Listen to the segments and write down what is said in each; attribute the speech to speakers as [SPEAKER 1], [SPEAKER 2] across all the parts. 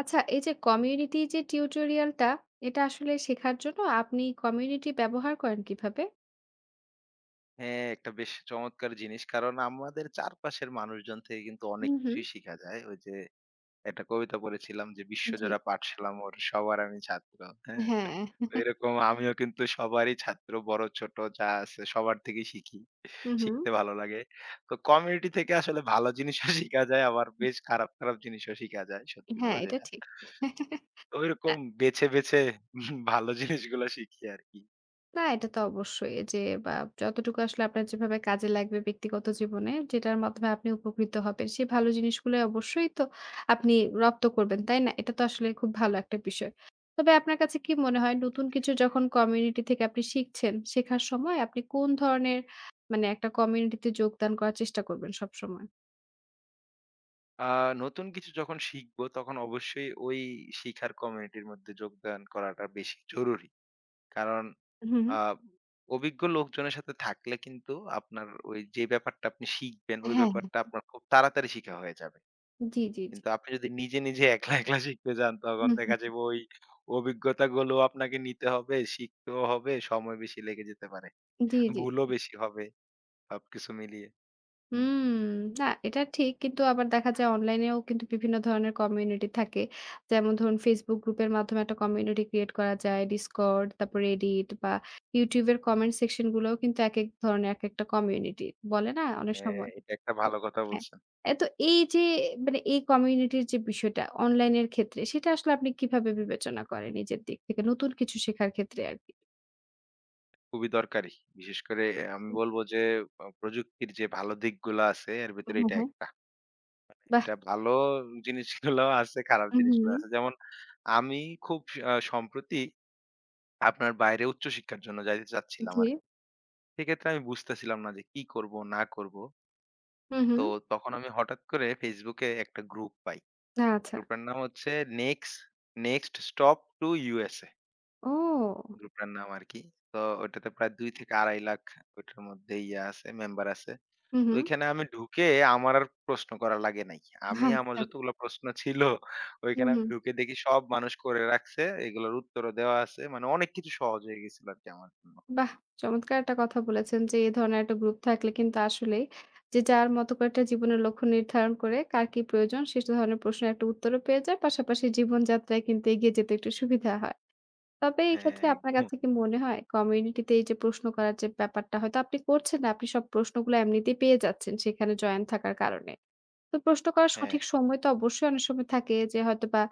[SPEAKER 1] আচ্ছা, এই যে কমিউনিটি যে টিউটোরিয়ালটা, এটা আসলে শেখার জন্য আপনি কমিউনিটি ব্যবহার করেন কিভাবে?
[SPEAKER 2] হ্যাঁ, একটা বেশ চমৎকার জিনিস। কারণ আমাদের চারপাশের মানুষজন থেকে কিন্তু অনেক
[SPEAKER 1] হুম, হুম।
[SPEAKER 2] কিছুই শিখা যায়। ওই যে একটা কবিতা পড়েছিলাম যে,
[SPEAKER 1] জি।
[SPEAKER 2] "বিশ্বজোড়া পাঠশালা মোর, সবার আমি ছাত্র।" হ্যাঁ?
[SPEAKER 1] হ্যাঁ।
[SPEAKER 2] তো এরকম আমিও কিন্তু সবারই ছাত্র, বড় ছোট যা আছে সবার থেকেই শিখি।
[SPEAKER 1] হুম, হুম।
[SPEAKER 2] শিখতে ভালো লাগে। তো কমিউনিটি থেকে আসলে ভালো জিনিসও শিখা যায়, আবার বেশ খারাপ, খারাপ জিনিসও শিখা যায় সত্যি
[SPEAKER 1] হ্যাঁ,
[SPEAKER 2] কথা
[SPEAKER 1] এটা
[SPEAKER 2] যেটা।
[SPEAKER 1] ঠিক।
[SPEAKER 2] তো ওইরকম বেছে, বেছে ভালো জিনিসগুলো শিখি আরকি।
[SPEAKER 1] না, এটা তো অবশ্যই যে বা যতটুকু আসলে আপনার যেভাবে কাজে লাগবে ব্যক্তিগত জীবনে যেটার মাধ্যমে আপনি উপকৃত হবেন সেই ভালো জিনিসগুলো অবশ্যই তো আপনি রপ্ত করবেন, তাই না? এটা তো আসলে খুব ভালো একটা বিষয়। তবে আপনার কাছে কি মনে হয় নতুন কিছু যখন কমিউনিটি থেকে আপনি শিখছেন, শেখার সময় আপনি কোন ধরনের মানে একটা কমিউনিটিতে যোগদান করার চেষ্টা করবেন সবসময়?
[SPEAKER 2] আ নতুন কিছু যখন শিখবো তখন অবশ্যই ওই শিখার কমিউনিটির মধ্যে যোগদান করাটা বেশি জরুরি। কারণ
[SPEAKER 1] হুম, হুম।
[SPEAKER 2] আ অভিজ্ঞ লোকজনের সাথে থাকলে কিন্তু আপনার ওই যে ব্যাপারটা আপনি শিখবেন ওই
[SPEAKER 1] হ্যাঁ, হ্যাঁ।
[SPEAKER 2] ব্যাপারটা আপনার খুব তাড়াতাড়ি শিখা হয়ে যাবে।
[SPEAKER 1] জি, জি, জি।
[SPEAKER 2] কিন্তু আপনি যদি নিজে, নিজে একলা, একলা শিখতে যান
[SPEAKER 1] হুম,
[SPEAKER 2] তখন দেখা
[SPEAKER 1] হুম।
[SPEAKER 2] যাবে ওই অভিজ্ঞতাগুলো আপনাকে নিতে হবে, শিখতেও হবে, সময় বেশি লেগে যেতে পারে।
[SPEAKER 1] জি, জি।
[SPEAKER 2] ভুলও বেশি হবে সবকিছু মিলিয়ে। হুম।
[SPEAKER 1] হুম, না এটা ঠিক। কিন্তু আবার দেখা যায় অনলাইনেও কিন্তু বিভিন্ন ধরনের কমিউনিটি থাকে। যেমন ধরুন Facebook গ্রুপের মাধ্যমে একটা কমিউনিটি ক্রিয়েট করা যায়। Discord, তারপর Reddit বা YouTube এর কমেন্ট সেকশন গুলোও কিন্তু একেক ধরনের একেকটা কমিউনিটি। বলে না অনেক
[SPEAKER 2] হ্যাঁ,
[SPEAKER 1] সময়?
[SPEAKER 2] এটা একটা ভালো কথা
[SPEAKER 1] হ্যাঁ।
[SPEAKER 2] বলছেন।
[SPEAKER 1] এ তো এই যে মানে এই কমিউনিটির যে বিষয়টা অনলাইনের ক্ষেত্রে সেটা আসলে আপনি কিভাবে বিবেচনা করেন নিজের দিক থেকে নতুন কিছু শেখার ক্ষেত্রে আরকি?
[SPEAKER 2] খুবই দরকারি। বিশেষ করে আমি
[SPEAKER 1] উ
[SPEAKER 2] বলব যে প্রযুক্তির যে ভালো দিকগুলা আছে এর ভেতরে
[SPEAKER 1] হ্যাঁ,
[SPEAKER 2] এটা
[SPEAKER 1] হ্যাঁ।
[SPEAKER 2] একটা।
[SPEAKER 1] বাহ!
[SPEAKER 2] এটা ভালো জিনিসগুলাও আছে, খারাপ
[SPEAKER 1] উহু,
[SPEAKER 2] জিনিসগুলো আছে। যেমন আমি খুব সম্প্রতি আপনার বাইরে উচ্চশিক্ষার জন্য যাইতে চাচ্ছিলাম
[SPEAKER 1] জি।
[SPEAKER 2] আরকি। সেক্ষেত্রে আমি বুঝতেছিলাম না যে কি করব না করব।
[SPEAKER 1] হু, হু।
[SPEAKER 2] তো তখন আমি হঠাৎ করে Facebook এ একটা গ্রুপ পাই।
[SPEAKER 1] আচ্ছা।
[SPEAKER 2] গ্রুপটার নাম হচ্ছে next next stop to USA
[SPEAKER 1] ও!
[SPEAKER 2] গ্রুপটার নাম আরকি। তো ওইটাতে প্রায় ২ থেকে ২.৫ লাখ ওইটার মধ্যে ইয়া আছে, মেম্বার আছে।
[SPEAKER 1] হুম, হুম।
[SPEAKER 2] ওইখানে আমি ঢুকে আমার আর প্রশ্ন করা লাগে নাই। আমি আমার
[SPEAKER 1] আচ্ছা।
[SPEAKER 2] যতগুলো প্রশ্ন ছিল
[SPEAKER 1] হুম,
[SPEAKER 2] ওইখানে আমি
[SPEAKER 1] হুম।
[SPEAKER 2] ঢুকে দেখি সব মানুষ করে রাখছে। এগুলোর উত্তরও দেওয়া আছে। মানে অনেক কিছু সহজ হয়ে গেছিল আরকি আমার জন্য।
[SPEAKER 1] বাহ! চমৎকার একটা কথা বলেছেন যে, এ ধরনের একটা গ্রুপ থাকলে কিন্তু আসলেই যে, যার মতো করে একটা জীবনের লক্ষ্য নির্ধারণ করে কার কি প্রয়োজন সে ধরনের প্রশ্নের একটা উত্তরও পেয়ে যায়। পাশাপাশি জীবনযাত্রায় কিন্তু এগিয়ে যেতে একটু সুবিধা হয়। তবে এই
[SPEAKER 2] হ্যাঁ,
[SPEAKER 1] ক্ষেত্রে আপনার
[SPEAKER 2] একদম।
[SPEAKER 1] কাছে কি মনে হয় কমিউনিটিতে এই যে, প্রশ্ন করার যে, ব্যাপারটা হয়তো আপনি করছেন না, আপনি সব প্রশ্নগুলো এমনিতেই পেয়ে যাচ্ছেন সেখানে জয়েন থাকার কারণে। তো প্রশ্ন করার
[SPEAKER 2] হ্যাঁ।
[SPEAKER 1] সঠিক সময় তো অবশ্যই অনেক সময় থাকে যে হয়তোবা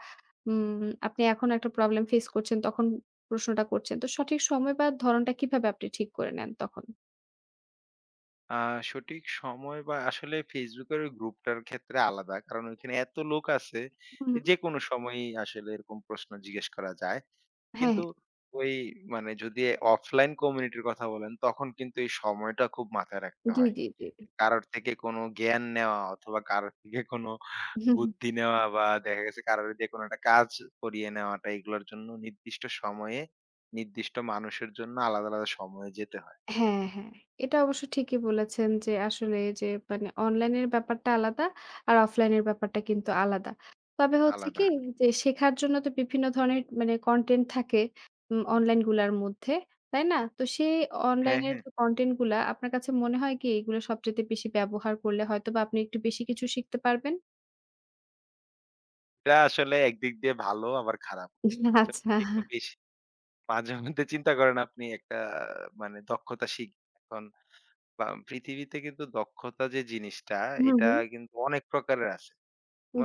[SPEAKER 1] আপনি এখন একটা প্রবলেম ফেস করছেন, তখন প্রশ্নটা করছেন। তো সঠিক সময় বা ধরণটা কিভাবে আপনি ঠিক করে নেন তখন?
[SPEAKER 2] আ সঠিক সময় বা আসলে Facebook এর ওই গ্রুপটার ক্ষেত্রে আলাদা। কারণ ওইখানে এত লোক আছে,
[SPEAKER 1] হুম। হুম।
[SPEAKER 2] যেকোনো সময়ই আসলে এরকম প্রশ্ন জিজ্ঞেস করা যায়।
[SPEAKER 1] হ্যাঁ,
[SPEAKER 2] কিন্তু
[SPEAKER 1] হ্যাঁ।
[SPEAKER 2] ওই মানে যদি অফলাইন কমিউনিটির কথা বলেন, তখন কিন্তু এই সময়টা খুব মাথায় রাখতে
[SPEAKER 1] জি,
[SPEAKER 2] হয়।
[SPEAKER 1] জি,
[SPEAKER 2] কারোর থেকে কোনো জ্ঞান নেওয়া অথবা কারোর থেকে কোনো
[SPEAKER 1] জি।
[SPEAKER 2] বুদ্ধি নেওয়া বা দেখা গেছে কারোর দিয়ে কোনো একটা কাজ করিয়ে নেওয়াটা এগুলোর জন্য নির্দিষ্ট সময়ে নির্দিষ্ট মানুষের জন্য আলাদা, আলাদা সময়ে যেতে হয়।
[SPEAKER 1] হ্যাঁ, হ্যাঁ। এটা অবশ্য ঠিকই বলেছেন যে আসলে যে মানে অনলাইনের ব্যাপারটা আলাদা আর অফলাইনের ব্যাপারটা কিন্তু আলাদা। তবে হচ্ছে কি
[SPEAKER 2] আলাদা।
[SPEAKER 1] যে শেখার জন্য তো বিভিন্ন ধরনের মানে কনটেন্ট থাকে অনলাইন গুলার মধ্যে, তাই না? তো সেই
[SPEAKER 2] হ্যাঁ,
[SPEAKER 1] অনলাইনের
[SPEAKER 2] হ্যাঁ।
[SPEAKER 1] যে কনটেন্ট গুলা আপনার কাছে মনে হয় কি এগুলো সবচাইতে বেশি ব্যবহার করলে হয়তোবা আপনি একটু বেশি কিছু শিখতে পারবেন?
[SPEAKER 2] এটা আসলে একদিক দিয়ে ভালো আবার খারাপ। মাঝে
[SPEAKER 1] আচ্ছা।
[SPEAKER 2] মধ্যে একটু বেশি মাঝে মধ্যে চিন্তা করেন আপনি একটা মানে দক্ষতা শিখ এখন বা পৃথিবীতে কিন্তু দক্ষতা যে জিনিসটা
[SPEAKER 1] হুম,
[SPEAKER 2] এটা
[SPEAKER 1] হুম।
[SPEAKER 2] কিন্তু অনেক প্রকারের আছে।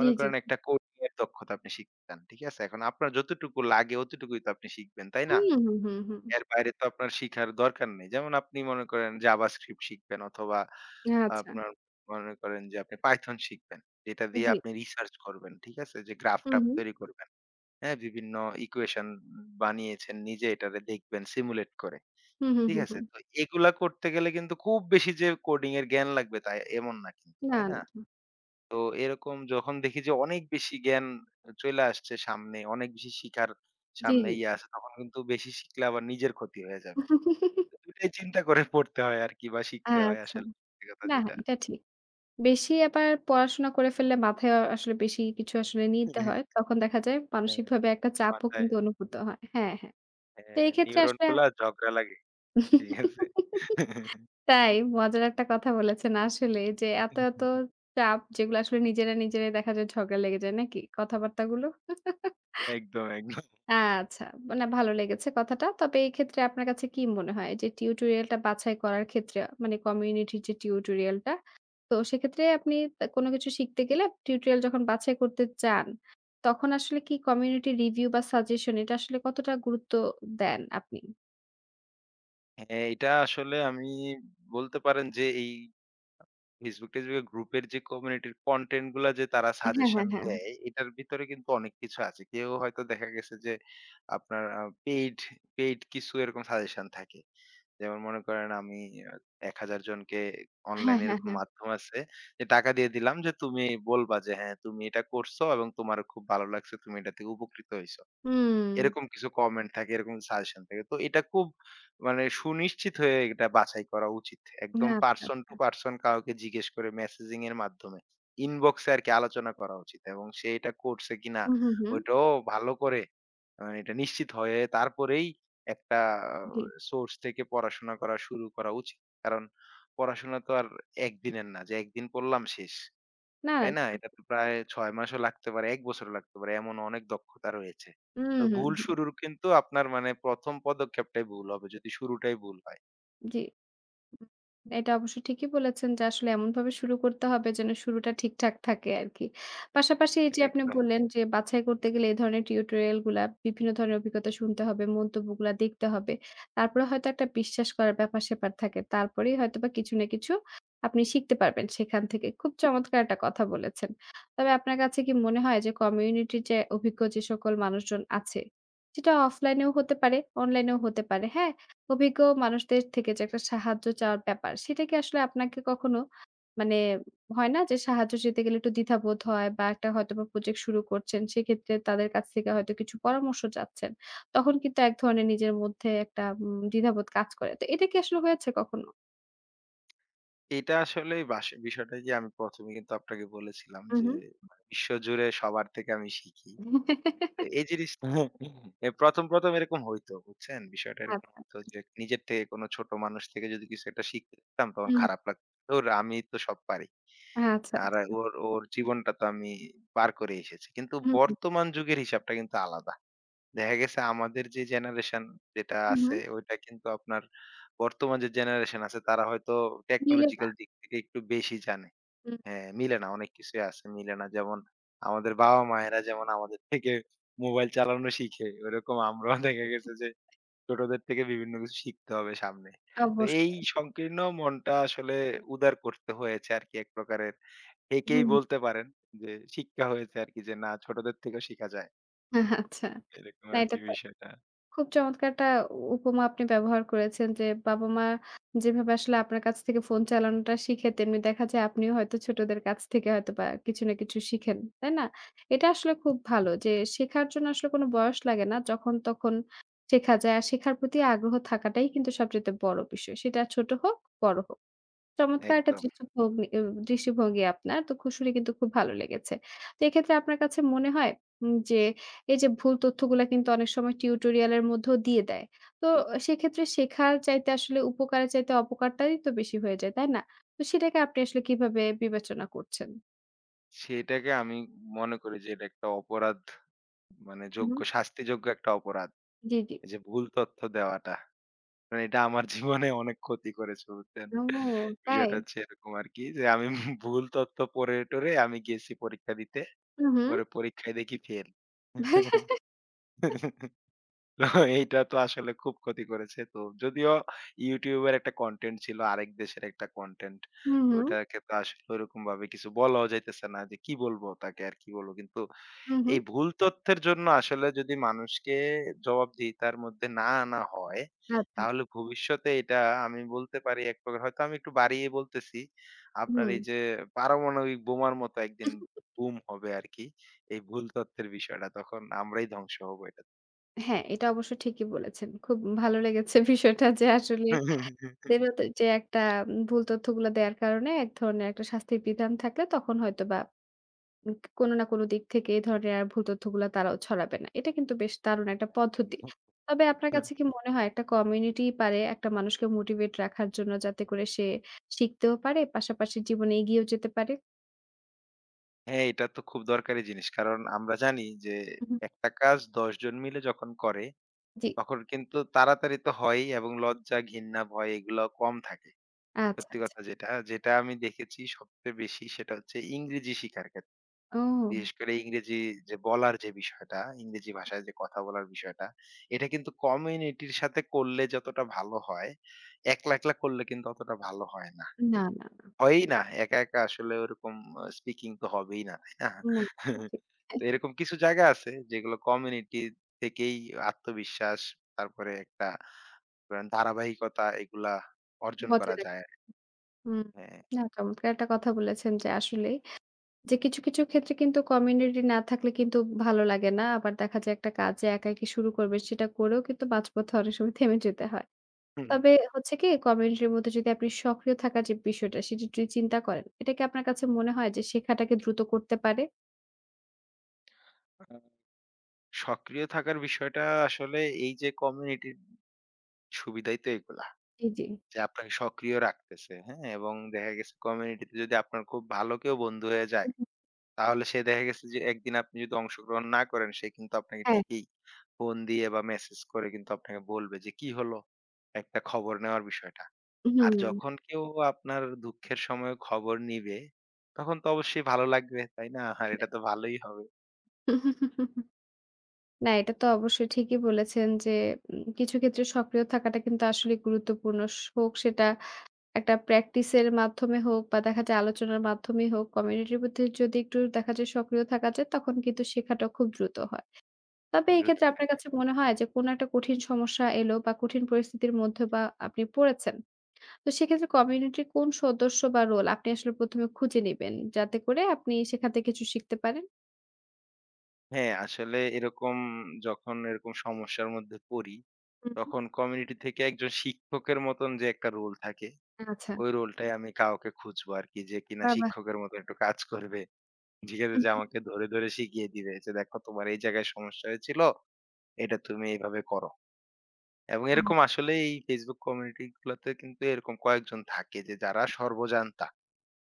[SPEAKER 1] জি, জি।
[SPEAKER 2] করেন একটা কোডিং এর দক্ষতা আপনি শিখতেন। ঠিক আছে? এখন আপনার যতটুকু লাগে অতটুকুই তো আপনি শিখবেন, তাই না?
[SPEAKER 1] হুম, হুম, হুম, হুম।
[SPEAKER 2] এর বাইরে তো আপনার শিখার দরকার নেই। যেমন আপনি মনে করেন JavaScript শিখবেন অথবা
[SPEAKER 1] আচ্ছা।
[SPEAKER 2] আপনার মনে করেন যে আপনি Python শিখবেন। এটা দিয়ে
[SPEAKER 1] জি।
[SPEAKER 2] আপনি রিসার্চ করবেন। ঠিক আছে? যে
[SPEAKER 1] হুম,
[SPEAKER 2] গ্রাফ-টাফ
[SPEAKER 1] হুম।
[SPEAKER 2] তৈরি করবেন। হ্যাঁ? বিভিন্ন ইকুয়েশন বানিয়েছেন নিজে এটারে দেখবেন সিমুলেট করে।
[SPEAKER 1] হুম, হুম,
[SPEAKER 2] ঠিক
[SPEAKER 1] হুম,
[SPEAKER 2] আছে?
[SPEAKER 1] হুম।
[SPEAKER 2] তো এগুলা করতে গেলে কিন্তু খুব বেশি যে কোডিং এর জ্ঞান লাগবে তাই এমন না কিন্তু,
[SPEAKER 1] না,
[SPEAKER 2] তাই না?
[SPEAKER 1] না।
[SPEAKER 2] তো এরকম যখন দেখি যে অনেক বেশি জ্ঞান চইলা আসছে সামনে, অনেক বেশি শিখার
[SPEAKER 1] জি,
[SPEAKER 2] সামনে
[SPEAKER 1] জি।
[SPEAKER 2] ইয়ে আছে, তখন কিন্তু বেশি শিখলে আবার নিজের ক্ষতি হয়ে যাবে। তো ২ টাই চিন্তা করে পড়তে হয় আরকি বা শিখতে হয়
[SPEAKER 1] আচ্ছা।
[SPEAKER 2] আসলে সত্যি কথা
[SPEAKER 1] না,
[SPEAKER 2] যেটা।
[SPEAKER 1] এটা ঠিক। বেশি আবার পড়াশোনা করে ফেললে মাথায় আসলে বেশি কিছু আসলে নিতে
[SPEAKER 2] হুম।
[SPEAKER 1] হয়। তখন দেখা যায়
[SPEAKER 2] হ্যাঁ,
[SPEAKER 1] মানসিকভাবে একটা চাপও
[SPEAKER 2] মাথায়
[SPEAKER 1] কিন্তু অনুভূত হয়। হ্যাঁ, হ্যাঁ। তো
[SPEAKER 2] হ্যাঁ,
[SPEAKER 1] এই ক্ষেত্রে
[SPEAKER 2] নিউরন
[SPEAKER 1] আসলে
[SPEAKER 2] গুলা ঝগড়া লাগে। ঠিক আছে?
[SPEAKER 1] তাই মজার একটা কথা বলেছেন আসলে যে এত, এত চাপ যেগুলো আসলে নিজেরা, নিজেরাই দেখা যায় ঝগড়া লেগে যায় নাকি কথাবার্তাগুলো?
[SPEAKER 2] একদম, একদম।
[SPEAKER 1] আচ্ছা, মানে ভালো লেগেছে কথাটা। তবে এই ক্ষেত্রে আপনার কাছে কি মনে হয় যে টিউটোরিয়ালটা বাছাই করার ক্ষেত্রে মানে কমিউনিটির যে টিউটোরিয়ালটা, তো সেক্ষেত্রে আপনি তা কোনো কিছু শিখতে গেলে টিউটোরিয়াল যখন বাছাই করতে চান, তখন আসলে কি কমিউনিটি রিভিউ বা সাজেশন এটা আসলে কতটা গুরুত্ব দেন আপনি?
[SPEAKER 2] হ্যাঁ, এটা আসলে আমি বলতে পারেন যে এই Facebook, টেসবুকে গ্রুপের যে কমিউনিটির কনটেন্ট গুলা যে তারা
[SPEAKER 1] হ্যাঁ,
[SPEAKER 2] সাজেশন
[SPEAKER 1] হ্যাঁ, হ্যাঁ।
[SPEAKER 2] দেয়, এটার ভিতরে কিন্তু অনেক কিছু আছে। কেউ হয়তো দেখা গেছে যে আপনার পেইড কিছু এরকম সাজেশন থাকে। যেমন মনে করেন আমি আ ১,০০০ জনকে
[SPEAKER 1] হ্যাঁ,
[SPEAKER 2] অনলাইনে
[SPEAKER 1] হ্যাঁ,
[SPEAKER 2] এরকম
[SPEAKER 1] হ্যাঁ।
[SPEAKER 2] মাধ্যম আছে যে টাকা দিয়ে দিলাম যে তুমি বলবা যে হ্যাঁ, তুমি এটা করছো এবং তোমার খুব ভালো লাগছে। তুমি এটা থেকে উপকৃত হইছো।
[SPEAKER 1] হুম।
[SPEAKER 2] এরকম কিছু কমেন্ট থাকে, এরকম সাজেশন থাকে। তো এটা খুব মানে সুনিশ্চিত হয়ে এটা বাছাই করা উচিত। একদম
[SPEAKER 1] আচ্ছা।
[SPEAKER 2] পারসন টু পারসন কাউকে জিজ্ঞেস করে মেসেজিং এর মাধ্যমে ইনবক্সে আরকি আলোচনা করা উচিত এবং সে এটা করছে কিনা
[SPEAKER 1] হুম, হুম, হুম।
[SPEAKER 2] ওইটাও ভালো করে এটা নিশ্চিত হয়ে তারপরেই একটা
[SPEAKER 1] জি।
[SPEAKER 2] সোর্স থেকে পড়াশোনা করা শুরু করা উচিত। কারণ পড়াশোনা তো আর একদিনের না যে একদিন পড়লাম শেষ।
[SPEAKER 1] না, না।
[SPEAKER 2] তাই না? এটা তো প্রায় ৬ মাসও লাগতে পারে, ১ বছরও লাগতে পারে। এমন অনেক দক্ষতা রয়েছে।
[SPEAKER 1] হুম,
[SPEAKER 2] তো
[SPEAKER 1] হুম,
[SPEAKER 2] ভুল
[SPEAKER 1] হুম।
[SPEAKER 2] শুরুর কিন্তু আপনার মানে ১ম পদক্ষেপটাই ভুল হবে যদি শুরুটাই ভুল হয়।
[SPEAKER 1] জি। উম, এটা অবশ্য ঠিকই বলেছেন যে আসলে এমনভাবে শুরু করতে হবে যেন শুরুটা ঠিকঠাক থাকে আরকি। পাশাপাশি এই যে আপনি
[SPEAKER 2] একদম।
[SPEAKER 1] বললেন যে বাছাই করতে গেলে এই ধরনের টিউটোরিয়াল গুলা বিভিন্ন ধরনের অভিজ্ঞতা শুনতে হবে, মন্তব্যগুলা দেখতে হবে। তারপরে হয়তো একটা বিশ্বাস করার ব্যাপার-স্যাপার থাকে। তারপরেই হয়তোবা কিছু না কিছু আপনি শিখতে পারবেন সেখান থেকে। খুব চমৎকার একটা কথা বলেছেন। তবে আপনার কাছে কি মনে হয় যে কমিউনিটির যে অভিজ্ঞ যে সকল মানুষজন আছে, সেটা অফলাইনেও হতে পারে, অনলাইনেও হতে পারে, হ্যাঁ? অভিজ্ঞ মানুষদের থেকে যে একটা সাহায্য চাওয়ার ব্যাপার, সেটা কি আসলে আপনাকে কখনো মানে হয় না যে সাহায্য চেতে গেলে একটু দ্বিধাবোধ হয় বা একটা হয়তোবা প্রজেক্ট শুরু করছেন, সেক্ষেত্রে তাদের কাছ থেকে হয়তো কিছু পরামর্শ চাচ্ছেন। তখন কিন্তু এক ধরনের নিজের মধ্যে একটা দ্বিধাবোধ কাজ করে। তো এটা কি আসলে হয়েছে কখনো?
[SPEAKER 2] এটা আসলে বাস বিষয়টা যে আমি ১ম এ কিন্তু আপনাকে বলেছিলাম
[SPEAKER 1] হু,
[SPEAKER 2] যে
[SPEAKER 1] হু।
[SPEAKER 2] মানে বিশ্বজুড়ে সবার থেকে আমি শিখি। তো এই জিনিসটা এ ১ম এরকম হইতো, বুঝছেন? বিষয়টা এরকম
[SPEAKER 1] আচ্ছা, আচ্ছা।
[SPEAKER 2] হইতো যে নিজের থেকে কোনো ছোট মানুষ থেকে যদি কিছু একটা শিখতে পারতাম তখন
[SPEAKER 1] হুম।
[SPEAKER 2] খারাপ লাগতো। ধুর আমি তো সব পারি।
[SPEAKER 1] আচ্ছা,
[SPEAKER 2] আর
[SPEAKER 1] আচ্ছা।
[SPEAKER 2] ওর জীবনটা তো আমি পার করে এসেছি। কিন্তু
[SPEAKER 1] হুম, হুম।
[SPEAKER 2] বর্তমান যুগের হিসাবটা কিন্তু আলাদা। দেখা গেছে আমাদের যে জেনারেশন যেটা
[SPEAKER 1] হুম,
[SPEAKER 2] আছে
[SPEAKER 1] হুম।
[SPEAKER 2] ওইটা কিন্তু আপনার বর্তমান যে জেনারেশন আছে তারা হয়তো
[SPEAKER 1] মিলে না।
[SPEAKER 2] টেকনোলজিক্যাল দিক থেকে একটু বেশি জানে।
[SPEAKER 1] হুম।
[SPEAKER 2] হ্যাঁ, মিলে না অনেক কিছুই আছে মিলে না। যেমন আমাদের বাবা-মায়েরা যেমন আমাদের থেকে মোবাইল চালানো শিখে ওইরকম আমরাও দেখা গেছে যে ছোটদের থেকে বিভিন্ন কিছু শিখতে হবে সামনে। তো এই
[SPEAKER 1] অবশ্যই।
[SPEAKER 2] সংকীর্ণ মনটা আসলে উদার করতে হয়েছে আরকি এক প্রকারের। একেই
[SPEAKER 1] হুম।
[SPEAKER 2] বলতে পারেন যে শিক্ষা হয়েছে আরকি যে না ছোটদের থেকেও শিখা যায়।
[SPEAKER 1] আচ্ছা।
[SPEAKER 2] এরকম
[SPEAKER 1] না এটা
[SPEAKER 2] আরকি
[SPEAKER 1] তো
[SPEAKER 2] বিষয়টা।
[SPEAKER 1] খুব চমৎকার একটা উপমা আপনি ব্যবহার করেছেন যে, বাবা-মা যেভাবে আসলে আপনার কাছ থেকে ফোন চালানোটা শিখে, তেমনি দেখা যায় আপনিও হয়তো ছোটদের কাছ থেকে হয়তোবা কিছু না কিছু শিখেন। তাই না? এটা আসলে খুব ভালো যে, শেখার জন্য আসলে কোনো বয়স লাগে না। যখন তখন শেখা যায়। আর শেখার প্রতি আগ্রহ থাকাটাই কিন্তু সবচাইতে বড় বিষয়। সেটা ছোট হোক, বড় হোক। চমৎকার একটা
[SPEAKER 2] একদম।
[SPEAKER 1] দৃষ্টিভগ্নি এ দৃষ্টিভঙ্গি আপনার। তো খুশুরি কিন্তু খুব ভালো লেগেছে। তো এক্ষেত্রে আপনার কাছে মনে হয় যে এই যে ভুল তথ্যগুলা কিন্তু অনেক সময় টিউটোরিয়াল এর মধ্যেও দিয়ে দেয়। তো সেক্ষেত্রে শেখার চাইতে আসলে উপকারের চাইতে অপকারটাই তো বেশি হয়ে যায়, তাই না? তো সেটাকে আপনি আসলে কিভাবে বিবেচনা করছেন?
[SPEAKER 2] সেটাকে আমি মনে করি যে এটা একটা অপরাধ মানে
[SPEAKER 1] হু, হু।
[SPEAKER 2] যোগ্য শাস্তিযোগ্য একটা অপরাধ।
[SPEAKER 1] জি, জি।
[SPEAKER 2] এই যে ভুল তথ্য দেওয়াটা। মানে এটা আমার জীবনে অনেক ক্ষতি করেছে বুঝছেন?
[SPEAKER 1] ও তাই?
[SPEAKER 2] বিষয়টা হচ্ছে এরকম আরকি যে আমি ভুল তথ্য পড়ে টরে আমি গেছি পরীক্ষা দিতে।
[SPEAKER 1] হু, হু।
[SPEAKER 2] পরে পরীক্ষায় দেখি ফেল। এইটা তো আসলে খুব ক্ষতি করেছে। তো যদিও YouTube এর একটা কনটেন্ট ছিল, আরেক দেশের একটা কনটেন্ট।
[SPEAKER 1] হু,
[SPEAKER 2] তো
[SPEAKER 1] হু।
[SPEAKER 2] ওটাকে তো আসলে ওরকম ভাবে কিছু বলাও যাইতেছে না যে কি বলবো তাকে আর কি বলবো। কিন্তু
[SPEAKER 1] হু, হু।
[SPEAKER 2] এই ভুল তথ্যের জন্য আসলে যদি মানুষকে জবাবদিহিতার মধ্যে না আনা হয়,
[SPEAKER 1] আচ্ছা।
[SPEAKER 2] তাহলে ভবিষ্যতে এটা আমি বলতে পারি এক প্রকার হয়তো আমি একটু বাড়িয়ে বলতেছি। আপনার
[SPEAKER 1] হুম।
[SPEAKER 2] এই যে পারমাণবিক বোমার মতো একদিন বুম হবে আরকি। এই ভুল তথ্যের বিষয়টা তখন আমরাই ধ্বংস হবো এটা।
[SPEAKER 1] হ্যাঁ, এটা অবশ্য ঠিকই বলেছেন। খুব ভালো লেগেছে বিষয়টা যে আসলে দেবের যে একটা ভুল তথ্যগুলা দেওয়ার কারণে এক ধরনের একটা শাস্তির বিধান থাকলে তখন হয়তোবা কোনো না কোনো দিক থেকে এই ধরনের আর ভুল তথ্যগুলা তারাও ছড়াবে না। এটা কিন্তু বেশ দারুণ একটা পদ্ধতি।
[SPEAKER 2] একদম।
[SPEAKER 1] তবে আপনার কাছে কি মনে হয় একটা কমিউনিটি পারে একটা মানুষকে মোটিভেট রাখার জন্য যাতে করে সে শিখতেও পারে, পাশাপাশি জীবনে এগিয়েও যেতে পারে?
[SPEAKER 2] হ্যাঁ, এটা তো খুব দরকারি জিনিস। কারণ আমরা জানি যে
[SPEAKER 1] হু, হু।
[SPEAKER 2] একটা কাজ ১০ জন মিলে যখন করে
[SPEAKER 1] জি।
[SPEAKER 2] তখন কিন্তু তাড়াতাড়ি তো হয়ই এবং লজ্জা, ঘিন্না, ভয় এগুলো কম থাকে।
[SPEAKER 1] আচ্ছা,
[SPEAKER 2] সত্যি
[SPEAKER 1] আচ্ছা।
[SPEAKER 2] কথা যেটা, যেটা আমি দেখেছি সবচেয়ে বেশি সেটা হচ্ছে ইংরেজি শিখার ক্ষেত্রে।
[SPEAKER 1] ও
[SPEAKER 2] বিশেষ করে ইংরেজি যে বলার যে বিষয়টা, ইংরেজি ভাষায় যে কথা বলার বিষয়টা, এটা কিন্তু কমিউনিটির সাথে করলে যতটা ভালো হয়, একলা, একলা করলে কিন্তু অতটা ভালো হয় না।
[SPEAKER 1] না, না, না।
[SPEAKER 2] হয়ই না। একা, একা আসলে ওরকম স্পিকিং তো হবেই না, তাই না?
[SPEAKER 1] হুম, ঠিক।
[SPEAKER 2] তো এরকম কিছু জায়গা আছে যেগুলো কমিউনিটি থেকেই আত্মবিশ্বাস, তারপরে একটা ধরেন ধারাবাহিকতা এগুলা অর্জন
[SPEAKER 1] বজায়
[SPEAKER 2] করা
[SPEAKER 1] রাখ
[SPEAKER 2] যায়।
[SPEAKER 1] হুম।
[SPEAKER 2] হ্যাঁ।
[SPEAKER 1] না চমৎকার একটা কথা বলেছেন যে আসলেই যে কিছু, কিছু ক্ষেত্রে কিন্তু কমিউনিটি না থাকলে কিন্তু ভালো লাগে না। আবার দেখা যায় একটা কাজ যে একা একি শুরু করবেন সেটা করেও কিন্তু মাঝপথে অনেক সময় থেমে যেতে হয়। তবে হচ্ছে কি কমিউনিটির মধ্যে যদি আপনি সক্রিয় থাকার যে বিষয়টা সেটি যদি চিন্তা করেন, এটা কি আপনার কাছে মনে হয় যে শেখাটাকে দ্রুত করতে পারে?
[SPEAKER 2] আহ, সক্রিয় থাকার বিষয়টা আসলে এই যে কমিউনিটির সুবিধাই তো এগুলা।
[SPEAKER 1] জি, জি।
[SPEAKER 2] যে আপনাকে সক্রিয় রাখতেছে, হ্যাঁ? এবং দেখা গেছে কমিউনিটিতে যদি আপনার খুব ভালো কেউ বন্ধু হয়ে যায়
[SPEAKER 1] উহু,
[SPEAKER 2] তাহলে সে দেখা গেছে যে একদিন আপনি যদি অংশগ্রহণ না করেন সে কিন্তু আপনাকে
[SPEAKER 1] হ্যাঁ,
[SPEAKER 2] ঠিকই ফোন দিয়ে বা মেসেজ করে কিন্তু আপনাকে বলবে যে কি হলো একটা খবর নেওয়ার বিষয়টা। আর
[SPEAKER 1] হুম।
[SPEAKER 2] যখন কেউ আপনার দুঃখের সময় খবর নিবে তখন তো অবশ্যই ভালো লাগবে, তাই না? আর এটা তো ভালোই হবে।
[SPEAKER 1] না এটা তো অবশ্যই ঠিকই বলেছেন যে কিছু ক্ষেত্রে সক্রিয় থাকাটা কিন্তু আসলে গুরুত্বপূর্ণ। হোক সেটা একটা প্র্যাকটিসের মাধ্যমে হোক বা দেখা যায় আলোচনার মাধ্যমেই হোক, কমিউনিটির মধ্যে যদি একটু দেখা যায় সক্রিয় থাকা যায়, তখন কিন্তু শেখাটা খুব দ্রুত হয়। তবে
[SPEAKER 2] দ্রুত
[SPEAKER 1] এক্ষেত্রে আপনার
[SPEAKER 2] হয়।
[SPEAKER 1] কাছে মনে হয় যে কোনো একটা কঠিন সমস্যা এলো বা কঠিন পরিস্থিতির মধ্যে বা আপনি পড়েছেন। তো সেক্ষেত্রে কমিউনিটির কোন সদস্য বা রোল আপনি আসলে ১ম এ খুঁজে নিবেন, যাতে করে আপনি সেখান থেকে কিছু শিখতে পারেন?
[SPEAKER 2] হ্যাঁ, আসলে এরকম যখন এরকম সমস্যার মধ্যে পড়ি
[SPEAKER 1] হুম, হুম।
[SPEAKER 2] তখন কমিউনিটি থেকে একজন শিক্ষকের মতন যে একটা রোল থাকে
[SPEAKER 1] আচ্ছা,
[SPEAKER 2] ওই রোলটাই আমি কাউকে খুঁজবো আরকি যে কিনা
[SPEAKER 1] বাহ!
[SPEAKER 2] শিক্ষকের মতো একটু কাজ করবে। সেক্ষেত্রে যে আমাকে ধরে, ধরে শিখিয়ে দিবে যে, "দেখো তোমার এই জায়গায় সমস্যা হয়েছিল, এটা তুমি এইভাবে করো।" এবং
[SPEAKER 1] বাহ!
[SPEAKER 2] এরকম আসলে এই Facebook কমিউনিটি গুলাতে কিন্তু এরকম কয়েকজন থাকে যে যারা সর্বজান্তা।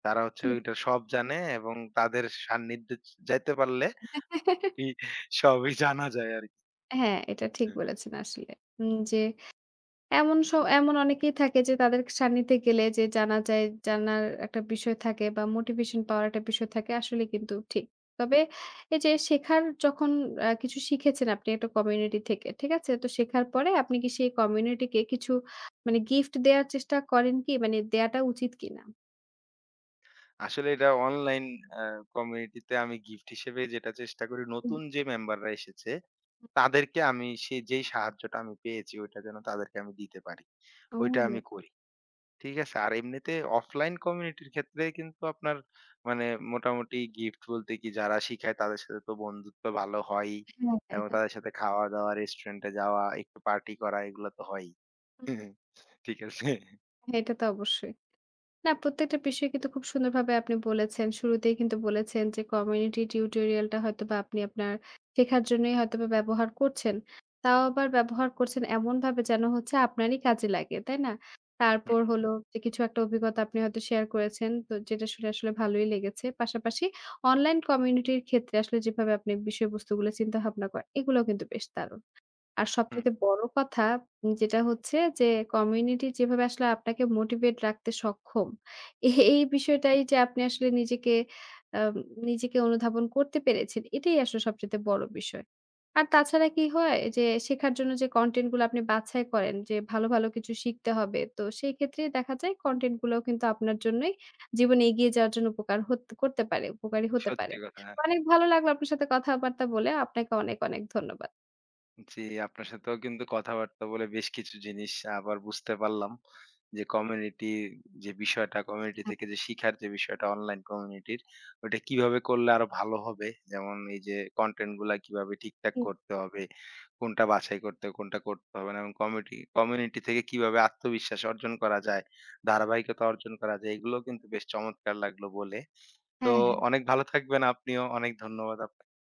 [SPEAKER 2] তারা হচ্ছে ওইটা সব জানে এবং তাদের সান্নিধ্যে য যাইতে পারলে ই সবই জানা যায় আরকি।
[SPEAKER 1] হ্যাঁ, এটা ঠিক
[SPEAKER 2] হুম।
[SPEAKER 1] বলেছেন আসলে। যে এমন এমন অনেকেই থাকে যে তাদের সান্নিধ্যে গেলে যে জানা যায়, জানার একটা বিষয় থাকে বা মোটিভেশন পাওয়ার একটা বিষয় থাকে আসলে কিন্তু ঠিক। তবে এই যে শেখার যখন কিছু শিখেছেন আপনি একটা কমিউনিটি থেকে, ঠিক আছে? তো শেখার পরে আপনি কি সেই কমিউনিটিকে কিছু মানে গিফট দেয়ার চেষ্টা করেন কি? মানে দেয়াটা উচিত কিনা?
[SPEAKER 2] আসলে এটা অনলাইন আ কমিউনিটি তে আমি গিফট হিসেবে যেটা চেষ্টা করি
[SPEAKER 1] হুম।
[SPEAKER 2] নতুন যে মেম্বাররা এসেছে, তাদেরকে আমি সে যেই সাহায্যটা আমি পেয়েছি ওইটা যেন তাদেরকে আমি দিতে পারি। ওইটা আমি
[SPEAKER 1] ও!
[SPEAKER 2] করি। ঠিক আছে। আর এমনিতে অফলাইন কমিউনিটির ক্ষেত্রে কিন্তু আপনার মানে মোটামুটি গিফট বলতে কি যারা শিখায় তাদের সাথে তো বন্ধুত্ব ভালো হয়ই।
[SPEAKER 1] হ্যাঁ, হ্যাঁ,
[SPEAKER 2] এবং
[SPEAKER 1] হ্যাঁ।
[SPEAKER 2] তাদের সাথে খাওয়া-দাওয়া, রেস্টুরেন্টে যাওয়া, একটু পার্টি করা এগুলো তো হয়ই।
[SPEAKER 1] হুম,
[SPEAKER 2] ঠিক আছে?
[SPEAKER 1] হ্যাঁ, এটা তো অবশ্যই। না, প্রত্যেকটা বিষয় কিন্তু খুব সুন্দরভাবে আপনি বলেছেন। শুরুতেই কিন্তু বলেছেন যে কমিউনিটি টিউটোরিয়ালটা হয়তোবা আপনি আপনার শেখার জন্যই হয়তোবা ব্যবহার করছেন। তাও আবার ব্যবহার করছেন এমনভাবে যেন হচ্ছে আপনারই কাজে লাগে, তাই না?
[SPEAKER 2] হুম,
[SPEAKER 1] তারপর
[SPEAKER 2] হুম,
[SPEAKER 1] হলো যে কিছু একটা অভিজ্ঞতা আপনি হয়তো শেয়ার করেছেন, তো যেটা শুনে আসলে ভালোই লেগেছে। পাশাপাশি অনলাইন কমিউনিটির ক্ষেত্রে আসলে যেভাবে আপনি বিষয়বস্তুগুলো চিন্তাভাবনা করেন, এগুলোও কিন্তু বেশ দারুণ। আর
[SPEAKER 2] হুম।
[SPEAKER 1] সবচাইতে বড় কথা যেটা হচ্ছে যে কমিউনিটি যেভাবে আসলে আপনাকে মোটিভেট রাখতে সক্ষম। এই বিষয়টাই যে আপনি আসলে নিজেকে আম নিজেকে অনুধাবন করতে পেরেছেন এটাই আসলে সবচাইতে বড় বিষয়। আর তাছাড়া কি হয় যে শেখার জন্য যে কনটেন্ট গুলো আপনি বাছাই করেন যে ভালো, ভালো কিছু শিখতে হবে। তো সেই ক্ষেত্রে দেখা যায় কনটেন্ট গুলাও কিন্তু আপনার জন্যই জীবনে এগিয়ে যাওয়ার জন্য উপকারী হতে পারে।
[SPEAKER 2] সত্যি কথা।
[SPEAKER 1] অনেক ভালো লাগলো আপনার সাথে কথাবার্তা বলে। আপনাকে অনেক, অনেক ধন্যবাদ।
[SPEAKER 2] জি, আপনার সাথেও কিন্তু কথাবার্তা বলে বেশ কিছু জিনিস আবার বুঝতে পারলাম। যে কমিউনিটি যে বিষয়টা, কমিউনিটি থেকে যে শিখার যে বিষয়টা অনলাইন কমিউনিটির, ওইটা কিভাবে করলে আরো ভালো হবে। যেমন এই যে কনটেন্ট গুলা কিভাবে ঠিকঠাক
[SPEAKER 1] আপনি
[SPEAKER 2] করতে হবে, কোনটা বাছাই করতে হবে, কোনটা করতে হবে না এবং কমিউনিটি থেকে কিভাবে আত্মবিশ্বাস অর্জন করা যায়, ধারাবাহিকতা অর্জন করা যায়, এগুলোও কিন্তু বেশ চমৎকার লাগলো বলে। তো
[SPEAKER 1] হ্যাঁ।
[SPEAKER 2] অনেক ভালো থাকবেন আপনিও। অনেক ধন্যবাদ আপনাকে।